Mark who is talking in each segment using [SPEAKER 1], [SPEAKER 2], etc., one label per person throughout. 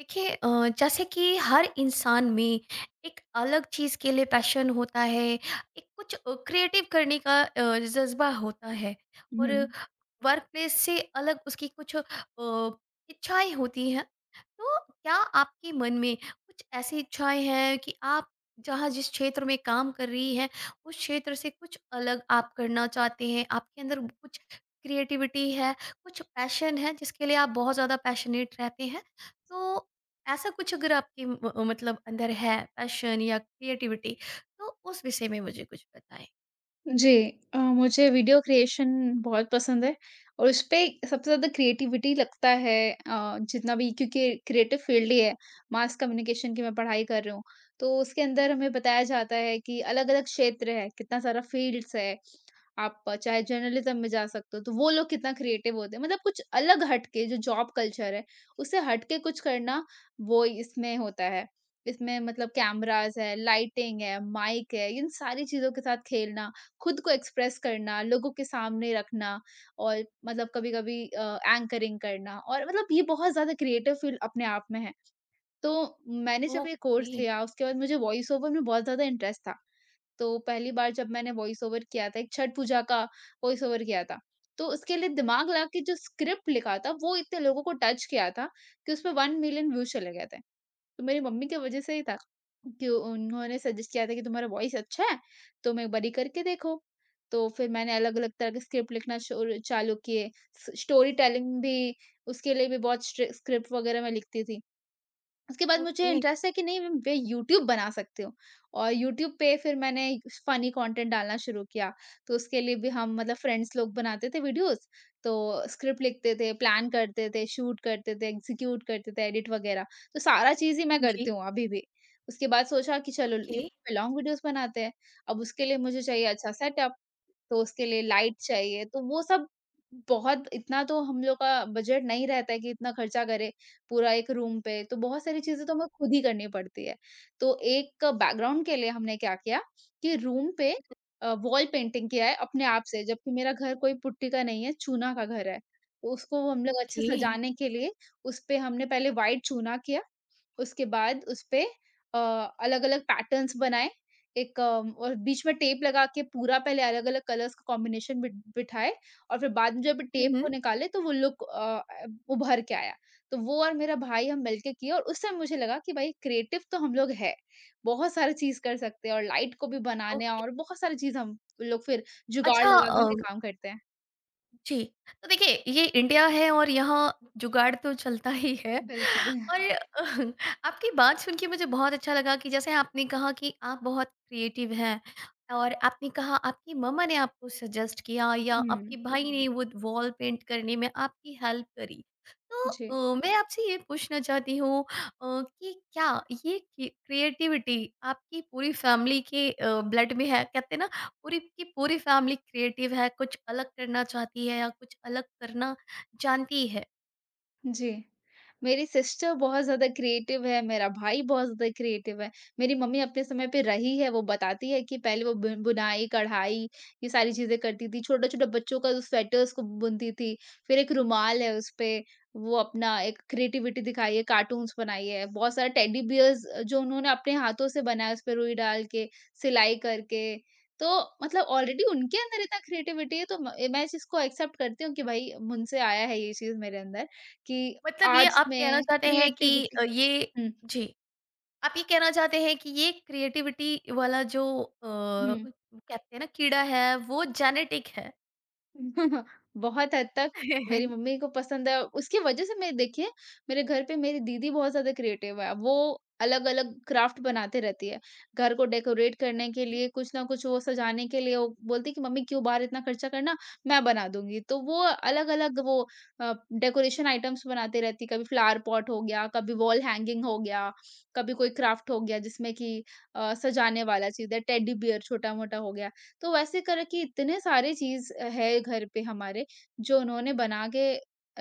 [SPEAKER 1] देखिए, जैसे कि हर इंसान में एक अलग चीज़ के लिए पैशन होता है, एक कुछ क्रिएटिव करने का जज़्बा होता है। और
[SPEAKER 2] हुँ।
[SPEAKER 1] वर्क प्लेस से अलग उसकी कुछ इच्छाएँ होती हैं। तो क्या आपके मन में कुछ ऐसी इच्छाएँ हैं कि आप जहाँ जिस क्षेत्र में काम कर रही हैं, उस क्षेत्र से कुछ अलग आप करना चाहते हैं? आपके अंदर कुछ क्रिएटिविटी है, कुछ पैशन है जिसके लिए आप बहुत ज़्यादा पैशनेट रहते हैं? तो ऐसा कुछ अगर आपके मतलब अंदर है, पैशन या क्रिएटिविटी, तो उस विषय में मुझे कुछ बताएं।
[SPEAKER 2] जी, मुझे वीडियो क्रिएशन बहुत पसंद है और उसपे सबसे ज़्यादा क्रिएटिविटी लगता है, जितना भी, क्योंकि क्रिएटिव फ़ील्ड ही है, मास कम्युनिकेशन की मैं पढ़ाई कर रही हूँ। तो उसके अंदर हमें बताया जाता है कि अलग-अलग क्षेत्र है, कितना सारा फ़ील्ड्स है। आप चाहे जर्नलिज्म में जा सकते हो, तो वो लोग कितना क्रिएटिव होते हैं। मतलब कुछ अलग हट के जो जॉब कल्चर है, उससे हट के कुछ करना वो इसमें होता है। इसमें मतलब कैमराज़ है, लाइटिंग है, माइक है, इन सारी चीज़ों के साथ खेलना, खुद को एक्सप्रेस करना, लोगों के सामने रखना और मतलब कभी-कभी एंकरिंग करना और मतलब ये बहुत ज़्यादा क्रिएटिव फ़ील्ड अपने आप में है। तो मैंने जब ये कोर्स
[SPEAKER 1] ओके।
[SPEAKER 2] लिया, उसके बाद मुझे वॉइस ओवर में बहुत ज़्यादा इंटरेस्ट था। तो पहली बार जब मैंने वॉइस ओवर किया था, एक छठ पूजा का वॉइस ओवर किया था, तो उसके लिए दिमाग लगा के जो स्क्रिप्ट लिखा था, वो इतने लोगों को टच किया था कि उसमें 1 मिलियन व्यूज़ चले गए थे। तो मेरी मम्मी की वजह से ही था कि उन्होंने सजेस्ट किया था कि तुम्हारा वॉइस अच्छा है, तुम एक बारी करके देखो। तो फिर मैंने अलग-अलग तरह के स्क्रिप्ट लिखना शुरू चालू किए। स स्टोरी टेलिंग भी, उसके लिए भी बहुत स्ट्रि स्क्रिप्ट वगैरह मैं लिखती थी। उसके बाद मुझे
[SPEAKER 1] ओके।
[SPEAKER 2] इंटरेस्ट है कि नहीं मैं यूट्यूब बना सकती हूँ। और यूट्यूब पे फिर मैंने फनी कंटेंट डालना शुरू किया, तो उसके लिए भी हम मतलब फ्रेंड्स लोग बनाते थे वीडियोस। तो स्क्रिप्ट लिखते थे, प्लान करते थे, शूट करते थे, एग्जीक्यूट करते थे, एडिट वगैरह, तो सारा चीज ही मैं
[SPEAKER 1] जी।
[SPEAKER 2] करती हूँ अभी भी। उसके बाद सोचा कि चलो
[SPEAKER 1] ओके।
[SPEAKER 2] यूट्यूब पे लॉन्ग वीडियोस बनाते हैं। अब उसके लिए मुझे चाहिए अच्छा सेटअप, तो उसके लिए लाइट चाहिए, तो वो सब बहुत, इतना तो हम लोग का बजट नहीं रहता है कि इतना खर्चा करे पूरा एक रूम पे, तो बहुत सारी चीज़ें तो हमें खुद ही करनी पड़ती है। तो एक बैकग्राउंड के लिए हमने क्या किया कि रूम पे वॉल पेंटिंग किया है अपने आप से, जबकि मेरा घर कोई पुट्टी का नहीं है, चूना का घर है। तो उसको हम लोग अच्छे
[SPEAKER 1] ओके।
[SPEAKER 2] सजाने के लिए, उस पे हमने पहले व्हाइट चूना किया, उसके बाद उसपे अ, अलग-अलग पैटर्न्स बनाए। एक और बीच में टेप लगा के पूरा पहले अलग-अलग कलर्स का कॉम्बिनेशन बिठाए और फिर बाद में जब टेप
[SPEAKER 1] हम्म।
[SPEAKER 2] को निकाले तो वो लुक उभर के आया। तो वो और मेरा भाई हम मिलके किए और उस समय मुझे लगा कि भाई क्रिएटिव तो हम लोग हैं, बहुत सारी चीज़ कर सकते हैं और लाइट को भी बनाने
[SPEAKER 1] ओके।
[SPEAKER 2] और बहुत सारी चीज़ हम लोग फिर जुगाड़
[SPEAKER 1] अच्छा।
[SPEAKER 2] लगा के भी काम करते हैं।
[SPEAKER 1] जी, तो देखिए, ये इंडिया है और यहाँ जुगाड़ तो चलता ही है।
[SPEAKER 2] बिल्कुल।
[SPEAKER 1] और आपकी बात सुन के मुझे बहुत अच्छा लगा कि जैसे आपने कहा कि आप बहुत क्रिएटिव हैं, और आपने कहा आपकी मम्मा ने आपको सजेस्ट किया या
[SPEAKER 2] हुँ,
[SPEAKER 1] आपके भाई ने वो वॉल पेंट करने में आपकी हेल्प करी। तो
[SPEAKER 2] जी।
[SPEAKER 1] मैं आपसे ये पूछना चाहती हूँ, कि क्या ये क्रिएटिविटी आपकी पूरी फैमिली के ब्लड में है? कहते हैं ना, पूरी की पूरी फैमिली क्रिएटिव है, कुछ अलग करना चाहती है या कुछ अलग करना जानती है।
[SPEAKER 2] जी। मेरी सिस्टर बहुत ज़्यादा क्रिएटिव है, मेरा भाई बहुत ज़्यादा क्रिएटिव है। मेरी मम्मी अपने समय पे रही है, वो बताती है कि पहले वो बुनाई, कढ़ाई, ये सारी चीज़ें करती थी। छोटे-छोटे बच्चों का स्वेटर्स को बुनती थी। फिर एक रुमाल है उसपे, वो अपना एक क्रिएटिविटी दिखाई है, कार्टून्स बनाई है। बहुत सारे टेडी बियर्स जो उन्होंने अपने हाथों से बनाया, उसपे रुई डाल के, सिलाई करके। तो मतलब ऑलरेडी उनके अंदर इतना क्रिएटिविटी है तो म मैं इस चीज़ को एक्सेप्ट करती हूँ कि भाई मुझसे आया है ये चीज़ मेरे अंदर। कि
[SPEAKER 1] मतलब ये
[SPEAKER 2] आर्ट्स
[SPEAKER 1] आप कहना
[SPEAKER 2] में
[SPEAKER 1] चाहते हैं कि
[SPEAKER 2] क्रिएटिविटी।
[SPEAKER 1] ये।
[SPEAKER 2] हुँ,
[SPEAKER 1] जी। आप ये कहना चाहते हैं कि ये क्रिएटिविटी वाला जो
[SPEAKER 2] हुँ।
[SPEAKER 1] कहते हैं ना, कीड़ा है, वो जेनेटिक है।
[SPEAKER 2] बहुत हद तक मेरी मम्मी को पसंद है, उसकी वजह से मैं, देखिए मेरे घर पे मेरी दीदी बहुत ज्यादा क्रिएटिव है, वो अलग अलग क्राफ्ट बनाते रहती है। घर को डेकोरेट करने के
[SPEAKER 1] जी।
[SPEAKER 2] लिए कुछ ना कुछ, वो सजाने के लिए वो बोलती है कि मम्मी क्यों बाहर इतना खर्चा करना, मैं बना दूंगी। तो वो अलग अलग वो डेकोरेशन आइटम्स बनाते रहती, कभी फ्लावर पॉट हो गया, कभी वॉल हैंगिंग हो गया, कभी कोई क्राफ्ट हो गया जिसमें कि सजाने वाला चीज है, टेडी बियर छोटा मोटा हो गया। तो वैसे करके इतने सारे चीज़ है घर पे हमारे जो उन्होंने बना के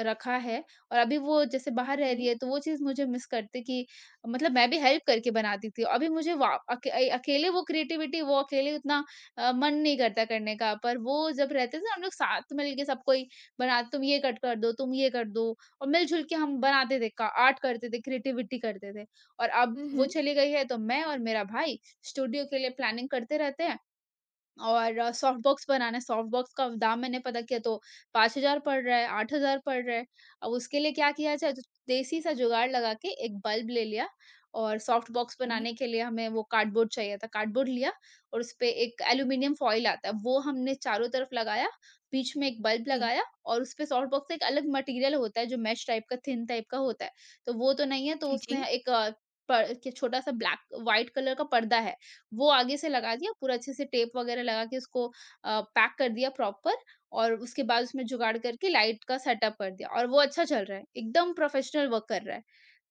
[SPEAKER 2] रखा है। और अभी वो जैसे बाहर रह
[SPEAKER 1] ओके।
[SPEAKER 2] रही है, तो वो चीज़ मुझे मिस करते कि मतलब मैं भी हेल्प करके बनाती थी। अभी मुझे अकेले वो क्रिएटिविटी, वो अकेले उतना मन नहीं करता करने का, पर वो जब रहते थे हम लोग साथ मिल के सब कोई बना, तुम ये कट कर दो, तुम ये कर दो, और मिल-जुल के हम बनाते थे, का आर्ट करते थे, क्रिएटिविटी करते थे। और अब वो
[SPEAKER 1] हम्म।
[SPEAKER 2] चली गई है तो मैं और मेरा भाई स्टूडियो के लिए प्लानिंग करते रहते हैं और सॉफ्ट बॉक्स बनाना है, सॉफ्ट बॉक्स का दाम मैंने पता किया तो 5,000 पड़ रहा है, 8,000 पड़ रहा है। अब उसके लिए क्या किया जाए? तो देसी सा जुगाड़ लगा के एक बल्ब ले लिया और सॉफ्ट बॉक्स
[SPEAKER 1] ओके।
[SPEAKER 2] बनाने के लिए हमें वो कार्डबोर्ड चाहिए था। कार्डबोर्ड लिया और उसपे एक एल्यूमीनियम फॉइल आता है, वो हमने चारों तरफ लगाया, बीच में एक बल्ब
[SPEAKER 1] जी।
[SPEAKER 2] लगाया और उसपे सॉफ्ट बॉक्स का एक अलग मटेरियल होता है जो मैश टाइप का, थिन टाइप का होता है। तो वो तो नहीं है, तो
[SPEAKER 1] जी। जी।
[SPEAKER 2] उसने एक प के छोटा-सा ब्लैक व्हाइट कलर का पर्दा है। वो आगे से लगा दिया, पूरा अच्छे से टेप वगैरह लगा के उसको पैक कर दिया प्रॉपर, और उसके बाद उसमें जुगाड़ करके लाइट का सेटअप कर दिया और वो अच्छा चल रहा है, एकदम प्रोफ़ेशनल वर्क कर रहा है।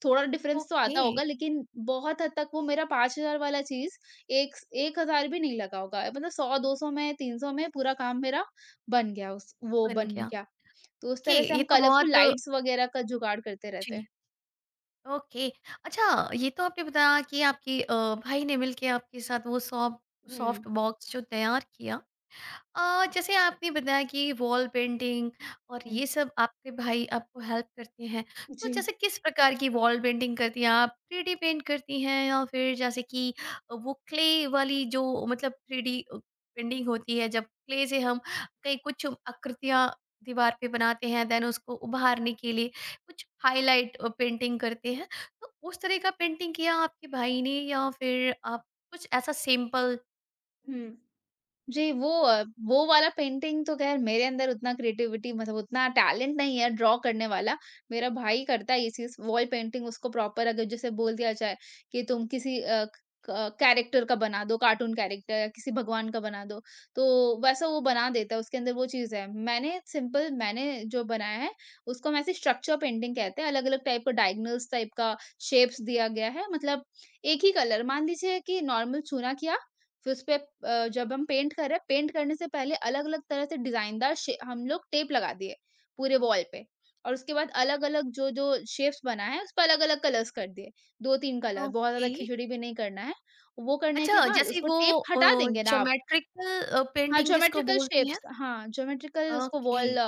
[SPEAKER 2] थोड़ा डिफ़रेंस तो आता
[SPEAKER 1] ओके।
[SPEAKER 2] होगा लेकिन बहुत हद तक वो मेरा 5,000 वाला चीज़ एक स 1,000 भी नहीं लगा होगा, मतलब 100-200 में 300 में पूरा काम मेरा बन गया, उस वो
[SPEAKER 1] बन
[SPEAKER 2] बन
[SPEAKER 1] गया।
[SPEAKER 2] गया। तो उस तरह
[SPEAKER 1] देखिए
[SPEAKER 2] से
[SPEAKER 1] ये
[SPEAKER 2] हम
[SPEAKER 1] तो
[SPEAKER 2] कलरफुल
[SPEAKER 1] बहुत।
[SPEAKER 2] लाइट्स वगैरह का जुगाड़ करते रहते
[SPEAKER 1] जी।
[SPEAKER 2] हैं।
[SPEAKER 1] ओके। अच्छा। ये तो आपने बताया कि आपके भाई ने मिलके आपके साथ वो सॉफ्ट
[SPEAKER 2] हुँ,
[SPEAKER 1] सॉफ्ट बॉक्स जो तैयार किया। जैसे आपने बताया कि वॉल पेंटिंग, और
[SPEAKER 2] हुँ।
[SPEAKER 1] ये सब आपके भाई आपको हेल्प करते हैं। तो
[SPEAKER 2] जी।
[SPEAKER 1] जैसे किस प्रकार की वॉल पेंटिंग करती हैं आप? 3D पेंट करती हैं या फिर जैसे कि वो क्ले वाली जो मतलब 3D पेंटिंग होती है, जब क्ले से हम कहीं कुछ आकृतियाँ दीवार पे बनाते हैं, देन उसको उभारने के लिए कुछ हाइलाइट पेंटिंग करते हैं। तो उस तरह का पेंटिंग किया आपके भाई ने, या फिर आप कुछ ऐसा सिंपल।
[SPEAKER 2] हुँ। जी, वो वो वाला पेंटिंग तो ख़ैर मेरे अंदर उतना क्रिएटिविटी, मतलब उतना टैलेंट नहीं है ड्रॉ करने वाला। मेरा भाई करता है ये चीज़, वॉल पेंटिंग उसको प्रॉपर अगर जैसे बोल दिया जाए कि तुम किसी अ, क कैरेक्टर का बना दो, कार्टून कैरेक्टर या किसी भगवान का बना दो, तो वैसा वो बना देता है, उसके अंदर वो चीज़ है। मैंने सिंपल मैंने जो बनाया है, उसको हम ऐसे स्ट्रक्चर पेंटिंग कहते हैं, अलग-अलग टाइप का डायगोनल्स टाइप का शेप्स दिया गया है। मतलब एक ही कलर मान लीजिए कि नॉर्मल चूना किया, फिर उसपे जब हम पेंट कर रहे हैं, पेंट करने से पहले अलग-अलग तरह से डिज़ाइनदार शे हम लोग टेप लगा दिए पूरे वॉल पे, और उसके बाद अलग-अलग जो-जो शेप्स बना है, उस पे अलग-अलग कलर्स कर दिए, 2-3 कलर, बहुत
[SPEAKER 1] ओके।
[SPEAKER 2] ज़्यादा खिचड़ी भी नहीं करना है। वो करने के
[SPEAKER 1] अच्छा,
[SPEAKER 2] बाद
[SPEAKER 1] जैसे
[SPEAKER 2] उसको
[SPEAKER 1] वो
[SPEAKER 2] टेप
[SPEAKER 1] अ,
[SPEAKER 2] हटा देंगे ना आप,
[SPEAKER 1] ज्योमेट्रिकल
[SPEAKER 2] हाँ,
[SPEAKER 1] पेंटिंग जिसको
[SPEAKER 2] ज्योमेट्रिकल
[SPEAKER 1] बोलते हैं।
[SPEAKER 2] शेप्स, हाँ, ज्योमेट्रिकल उसको
[SPEAKER 1] okay.
[SPEAKER 2] Wall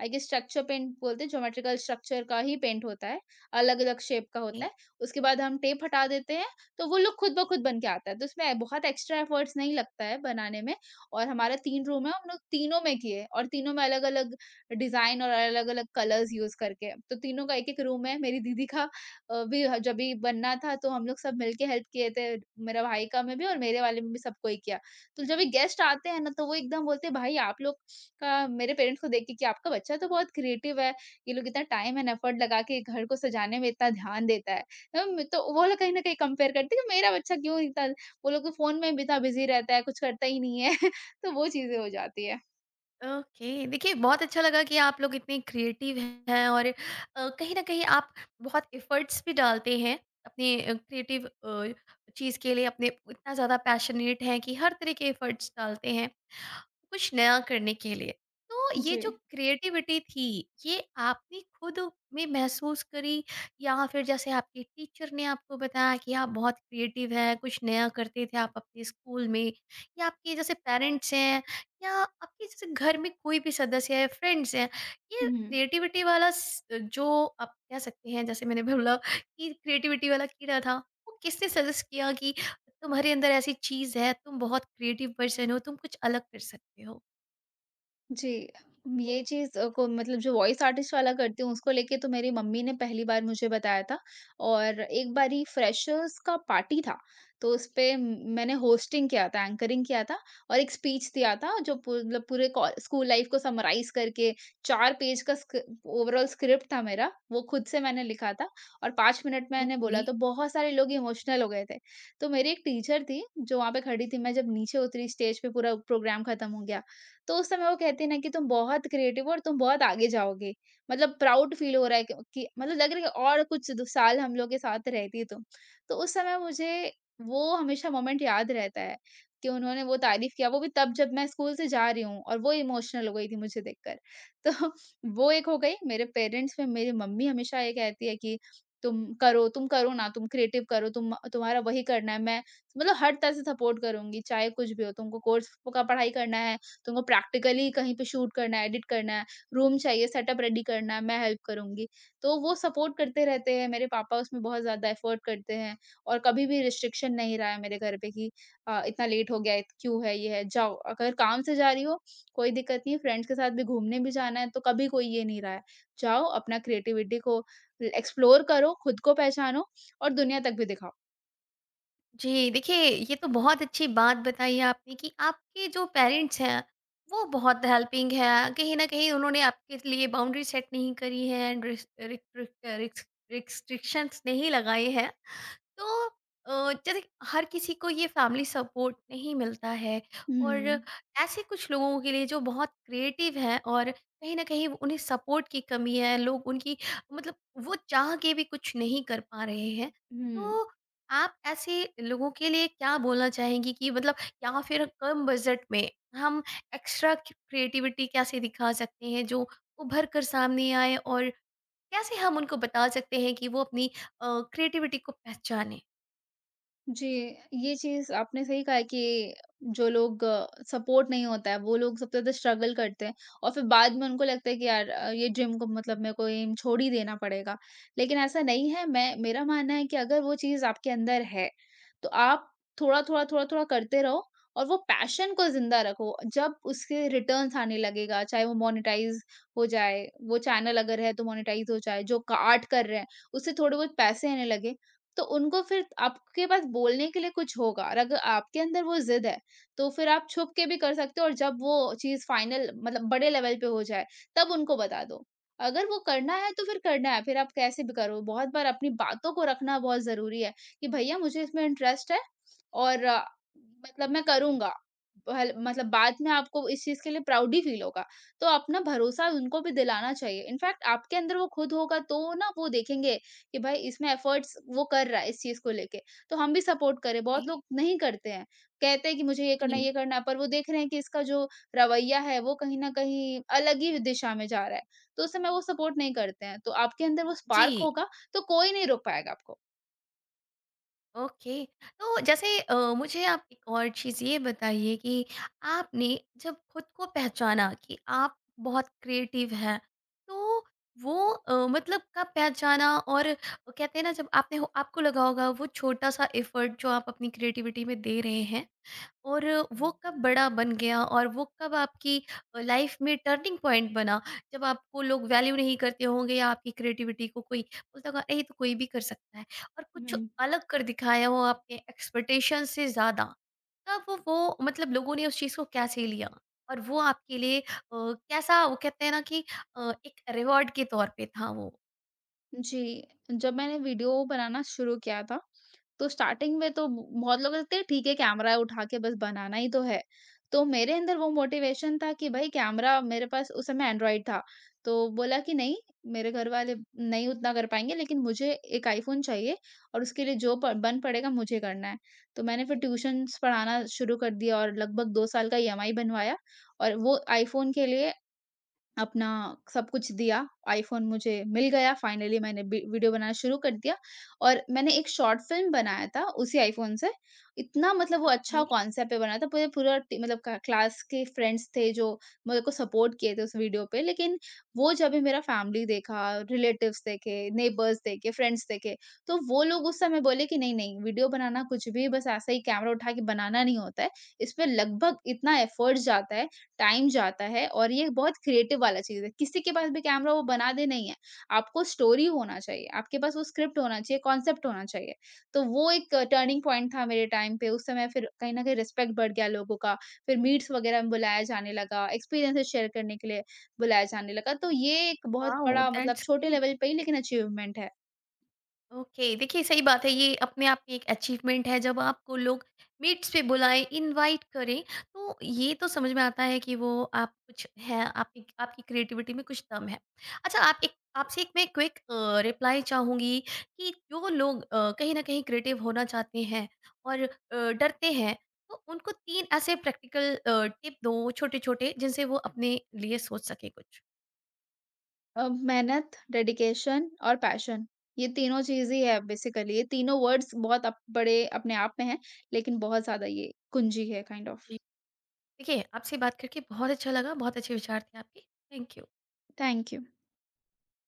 [SPEAKER 2] I guess structure paint बोलते हैं, ज्योमेट्रिकल स्ट्रक्चर का ही पेंट होता है, अलग-अलग शेप का
[SPEAKER 1] ओके।
[SPEAKER 2] होता है। उसके बाद हम टेप हटा देते हैं, तो वो लुक खुद ब खुद बन के आता है। तो उसमें बहुत एक्स्ट्रा एफर्ट्स नहीं लगता है बनाने में और हमारा 3 रूम है, हम लोग तीनों में किए और तीनों में अलग-अलग डिज़ाइन और अलग-अलग कलर्स यूज़ करके। तो तीनों का एक-एक रूम है, मेरी दीदी का जब भी बनना था, तो हम लोग सब मिलके हेल्प किए थे। मेरा भाई का में भी और मेरे वाले में भी सबको ही किया। तो जब भी गेस्ट आते हैं ना तो वो एकदम बोलते हैं भाई आप लोग का, मेरे पेरेंट्स को देख के कि आपका बच्चा तो बहुत क्रिएटिव है, ये लोग इतना टाइम एंड एफर्ट लगा के घर को सजाने में इतना ध्यान देता है। तो वो लोग कहीं न कहीं कंपेयर करते हैं कि मेरा बच्चा क्यों इतना, वो लोग तो फ़ोन में भी इतना बिज़ी रहता है, कुछ करता ही नहीं है। तो वो चीज़ें हो जाती है।
[SPEAKER 1] ओके। देखिए, बहुत अच्छा लगा कि आप लोग इतने क्रिएटिव हैं, और कहीं न कहीं आप बहुत एफ़र्ट्स भी डालते हैं अपने क्रिएटिव चीज़ के लिए। अपने इतना ज़्यादा पैशनेट हैं कि हर तरह के एफ़र्ट्स डालते हैं, कुछ नया करने के लिए। तो ये जो क्रिएटिविटी थी, ये आपने खुद में महसूस करी, या फिर जैसे आपके टीचर ने आपको बताया कि आप बहुत क्रिएटिव हैं, कुछ नया करते थे आप अपने स्कूल में, या आपके जैसे पेरेंट्स हैं, या आपके जैसे घर में कोई भी सदस्य है, फ्रेंड्स हैं, ये
[SPEAKER 2] हुँ।
[SPEAKER 1] क्रिएटिविटी वाला स जो आप कह सकते हैं, जैसे मैंने बोला कि क्रिएटिविटी वाला कीड़ा था, वो किसने सजेस्ट किया कि तुम्हारे अंदर ऐसी चीज़ है, तुम बहुत क्रिएटिव पर्सन हो, तुम कुछ अलग कर सकते हो।
[SPEAKER 2] जी, ये चीज़ को मतलब जो वॉइस आर्टिस्ट वाला करती हूँ उसको लेके तो मेरी मम्मी ने पहली बार मुझे बताया था। और एक बारी फ्रेशर्स का पार्टी था, तो उसपे मैंने होस्टिंग किया था, एंकरिंग किया था और एक स्पीच दिया था जो पू मतलब पूरे कॉ स्कूल लाइफ को समराइज़ करके, 4 पेज का स्क्रि ओवरॉल स्क्रिप्ट था मेरा, वो खुद से मैंने लिखा था और 5 मिनट में मैंने
[SPEAKER 1] ओके।
[SPEAKER 2] बोला तो बहुत सारे लोग इमोशनल हो गए थे। तो मेरी एक टीचर थी जो वहाँ पे खड़ी थी, मैं जब नीचे उतरी स्टेज पे, पूरा प्रोग्राम खत्म हो गया, तो उस समय वो कहते हैं ना कि तुम बहुत क्रिएटिव हो और तुम बहुत आगे जाओगे। मतलब प्राउड फ़ील हो रहा है कि मतलब लग रहा है कि और कुछ 2 साल हम लोग के साथ रहती तुम। तो उस समय मुझे, वो हमेशा मोमेंट याद रहता है कि उन्होंने वो तारीफ़ किया, वो भी तब जब मैं स्कूल से जा रही हूँ और वो इमोशनल हो गई थी मुझे देखकर। तो वो एक हो गई, मेरे पेरेंट्स में मेरी मम्मी हमेशा ये कहती है कि तुम करो ना, तुम क्रिएटिव करो, तुम्हारा वही करना है। मैं मतलब हर तरह से सपोर्ट करूँगी, चाहे कुछ भी हो, तुमको कोर्स का पढ़ाई करना है, तुमको प्रैक्टिकली कहीं पे शूट करना है, एडिट करना है, रूम चाहिए, सेटअप रेडी करना है, मैं हेल्प करूँगी। तो वो सपोर्ट करते रहते हैं, मेरे पापा उसमें बहुत ज़्यादा एफर्ट करते हैं और कभी भी रिस्ट्रिक्शन नहीं रहा है मेरे घर पे कि इतना लेट हो गया है, क्यों है, ये है, जाओ। अगर काम से जा रही हो, कोई दिक्कत नहीं है, फ्रेंड्स के साथ भी घूमने भी जाना है, तो कभी कोई ये नहीं रहा है। जाओ, अपना क्रिएटिविटी को एक्सप्लोर करो, खुद को पहचानो और दुनिया तक भी दिखाओ।
[SPEAKER 1] जी, देखिए ये तो बहुत अच्छी बात बताई है आपने, कि आपके जो पेरेंट्स हैं, वो बहुत हेल्पिंग हैं। कहीं न कहीं उन्होंने आपके लिए बाउंड्री सेट नहीं करी है, एंड रिस रिक रिक रिक्स रिस्ट्रिक्शंस नहीं लगाए हैं। तो जैसे कि हर किसी को ये फैमिली सपोर्ट नहीं मिलता है। और
[SPEAKER 2] हुँ,
[SPEAKER 1] ऐसे कुछ लोगों के लिए जो बहुत क्रिएटिव हैं और कहीं ना कहीं उन्हें सपोर्ट की कमी है, लोग उनकी, मतलब वो चाह के भी कुछ नहीं कर पा रहे हैं।
[SPEAKER 2] हुँ।
[SPEAKER 1] तो आप ऐसे लोगों के लिए क्या बोलना चाहेंगी, कि मतलब, या फिर कम बजट में हम एक्स्ट्रा क्रिएटिविटी कैसे दिखा सकते हैं जो उभर कर सामने आए, और कैसे हम उनको बता सकते हैं कि वो अपनी क्रिएटिविटी को पहचाने।
[SPEAKER 2] जी, ये चीज़ आपने सही कहा है कि जो लोग सपोर्ट नहीं होता है, वो लोग सबसे ज़्यादा स्ट्रगल करते हैं और फिर बाद में उनको लगता है कि यार, ये जिम को मतलब मेरे को एम छोड़ ही देना पड़ेगा। लेकिन ऐसा नहीं है, मैं मेरा मानना है कि अगर वो चीज़ आपके अंदर है, तो आप थोड़ा-थोड़ा, थोड़ा-थोड़ा करते रहो और वो पैशन को ज़िंदा रखो। जब उसके रिटर्न्स आने लगेगा, चाहे वो मोनेटाइज़ हो जाए, वो चैनल अगर है तो मोनेटाइज़ हो जाए, जो क आर्ट कर रहे हैं, उससे थोड़े बहुत पैसे आने लगे, तो उनको फिर आपके पास बोलने के लिए कुछ होगा और अगर आपके अंदर वो ज़िद है, तो फिर आप छुप के भी कर सकते हो और जब वो चीज़ फाइनल मतलब बड़े लेवल पे हो जाए, तब उनको बता दो। अगर वो करना है तो फिर करना है, फिर आप कैसे भी करो। बहुत बार अपनी बातों को रखना बहुत ज़रूरी है कि भैया मुझे इसमें इंटरेस्ट है और मतलब मैं करूँगा। भल मतलब बाद में आपको इस चीज़ के लिए प्राउड ही फील होगा। तो अपना भरोसा उनको भी दिलाना चाहिए। इनफैक्ट आपके अंदर वो खुद होगा तो ना वो देखेंगे कि भाई इसमें एफर्ट्स वो कर रहा है इस चीज़ को लेके, तो हम भी सपोर्ट करें।
[SPEAKER 1] जी,
[SPEAKER 2] बहुत लोग नहीं करते हैं, कहते हैं कि मुझे
[SPEAKER 1] जी।
[SPEAKER 2] ये करना है, पर वो देख रहे हैं कि इसका जो रवैया है वो कहीं न कहीं अलग ही दिशा में जा रहा है, तो उस समय वो सपोर्ट नहीं करते हैं। तो आपके अंदर वो स्पार्क
[SPEAKER 1] जी,
[SPEAKER 2] होगा तो कोई नहीं रोक पाएगा आपको।
[SPEAKER 1] ओके। तो जैसे मुझे आप एक और चीज़ ये बताइए, कि आपने जब खुद को पहचाना कि आप बहुत क्रिएटिव हैं, तो वो मतलब कब पहचाना, और कहते हैं ना, जब आपने हो आपको लगा होगा वो छोटा-सा एफर्ट जो आप अपनी क्रिएटिविटी में दे रहे हैं, और वो कब बड़ा बन गया, और वो कब आपकी लाइफ में टर्निंग पॉइंट बना, जब आपको लोग वैल्यू नहीं करते होंगे या आपकी क्रिएटिविटी को कोई बोलता होगा अरे ये तो कोई भी कर सकता है, और कुछ
[SPEAKER 2] हुँ।
[SPEAKER 1] अलग कर दिखाया हो आपके एक्सपेक्टेशन से ज़्यादा, तब वो मतलब लोगों ने उस चीज़ को कैसे लिया, और वो आपके लिए कैसा, वो कहते हैं ना, कि एक रिवॉर्ड के तौर पे था वो।
[SPEAKER 2] जी, जब मैंने वीडियो बनाना शुरू किया था, तो स्टार्टिंग में तो बहुत लोग लगते हैं ठीक है, कैमरा उठा के बस बनाना ही तो है। तो मेरे अंदर वो मोटिवेशन था कि भाई कैमरा मेरे पास उस समय एंड्रॉइड था। तो बोला कि नहीं, मेरे घर वाले नहीं उतना कर पाएँगे, लेकिन मुझे एक आईफ़ोन चाहिए और उसके लिए जो प बन पड़ेगा मुझे करना है। तो मैंने फिर ट्यूशन्स पढ़ाना शुरू कर दिया और लगभग 2 साल का ईएमआई बनवाया और वो आईफ़ोन के लिए अपना सब कुछ दिया, आईफ़ोन मुझे मिल गया। फाइनली मैंने बी वीडियो बनाना शुरू कर दिया और मैंने एक शॉर्ट फ़िल्म बनाया था उसी आईफ़ोन से। इतना मतलब वो अच्छा
[SPEAKER 1] ओके।
[SPEAKER 2] कॉन्सेप्ट पे बना था, पूरे पूरा टी मतलब क क्लास के फ्रेंड्स थे जो मेरे को सपोर्ट किए थे उस वीडियो पे। लेकिन वो जब भी मेरा फैमिली देखा, रिलेटिव्स देखे, नेबर्स देखे, फ्रेंड्स देखे, तो वो लोग उस समय बोले कि नहीं-नहीं, वीडियो बनाना कुछ भी बस ऐसे ही कैमरा उठा के बनाना नहीं होता है। इसमें लगभग इतना एफ़र्ट्स जाता है, टाइम जाता है और ये बहुत क्रिएटिव वाला चीज़ है। किसी के पास भी कैमरा वो बना दे, नहीं है। आपको स्टोरी होना चाहिए, आपके पास वो स्क्रिप्ट होना चाहिए, कॉन्सेप्ट होना चाहिए। तो वो एक टर्निंग पॉइंट था मेरे टाइम पे, उस समय फिर कहीं न कहीं रिस्पेक्ट बढ़ गया लोगों का, फिर मीट्स वगैरह में बुलाया जाने लगा, एक्सपीरियंसेस शेयर करने के लिए बुलाया जाने लगा। तो ये एक बहुत
[SPEAKER 1] वाओ,
[SPEAKER 2] बड़ा, मतलब
[SPEAKER 1] दैट्स
[SPEAKER 2] छोटे
[SPEAKER 1] ग्रेट।
[SPEAKER 2] लेवल पे ही लेकिन अचीवमेंट है।
[SPEAKER 1] ओके, देखिए सही बात है, ये अपने आप में एक अचीवमेंट है, जब आपको लोग मीट्स पे बुलाएं, इनवाइट करें। तो ये तो समझ में आता है कि वो, आप कुछ है, आपकी आपकी क्रिएटिविटी में कुछ दम है। अच्छा, आप एक आपसे एक मैं क्विक रिप्लाई चाहूंगी कि जो लोग कहीं ना कहीं क्रिएटिव होना चाहते हैं, और डरते हैं, तो उनको 3 ऐसे प्रैक्टिकल टिप दो, छोटे छोटे, जिनसे वो अपने लिए सोच सके कुछ।
[SPEAKER 2] मेहनत, डेडिकेशन और पैशन, ये तीनों चीज़ ही है बेसिकली। ये तीनों वर्ड्स बहुत अप बड़े अपने आप में हैं, लेकिन बहुत ज़्यादा ये कुंजी है काइंड ऑफ।
[SPEAKER 1] जी, देखिए आपसे बात करके बहुत अच्छा लगा, बहुत अच्छे विचार थे आपके। Thank you.
[SPEAKER 2] Thank you.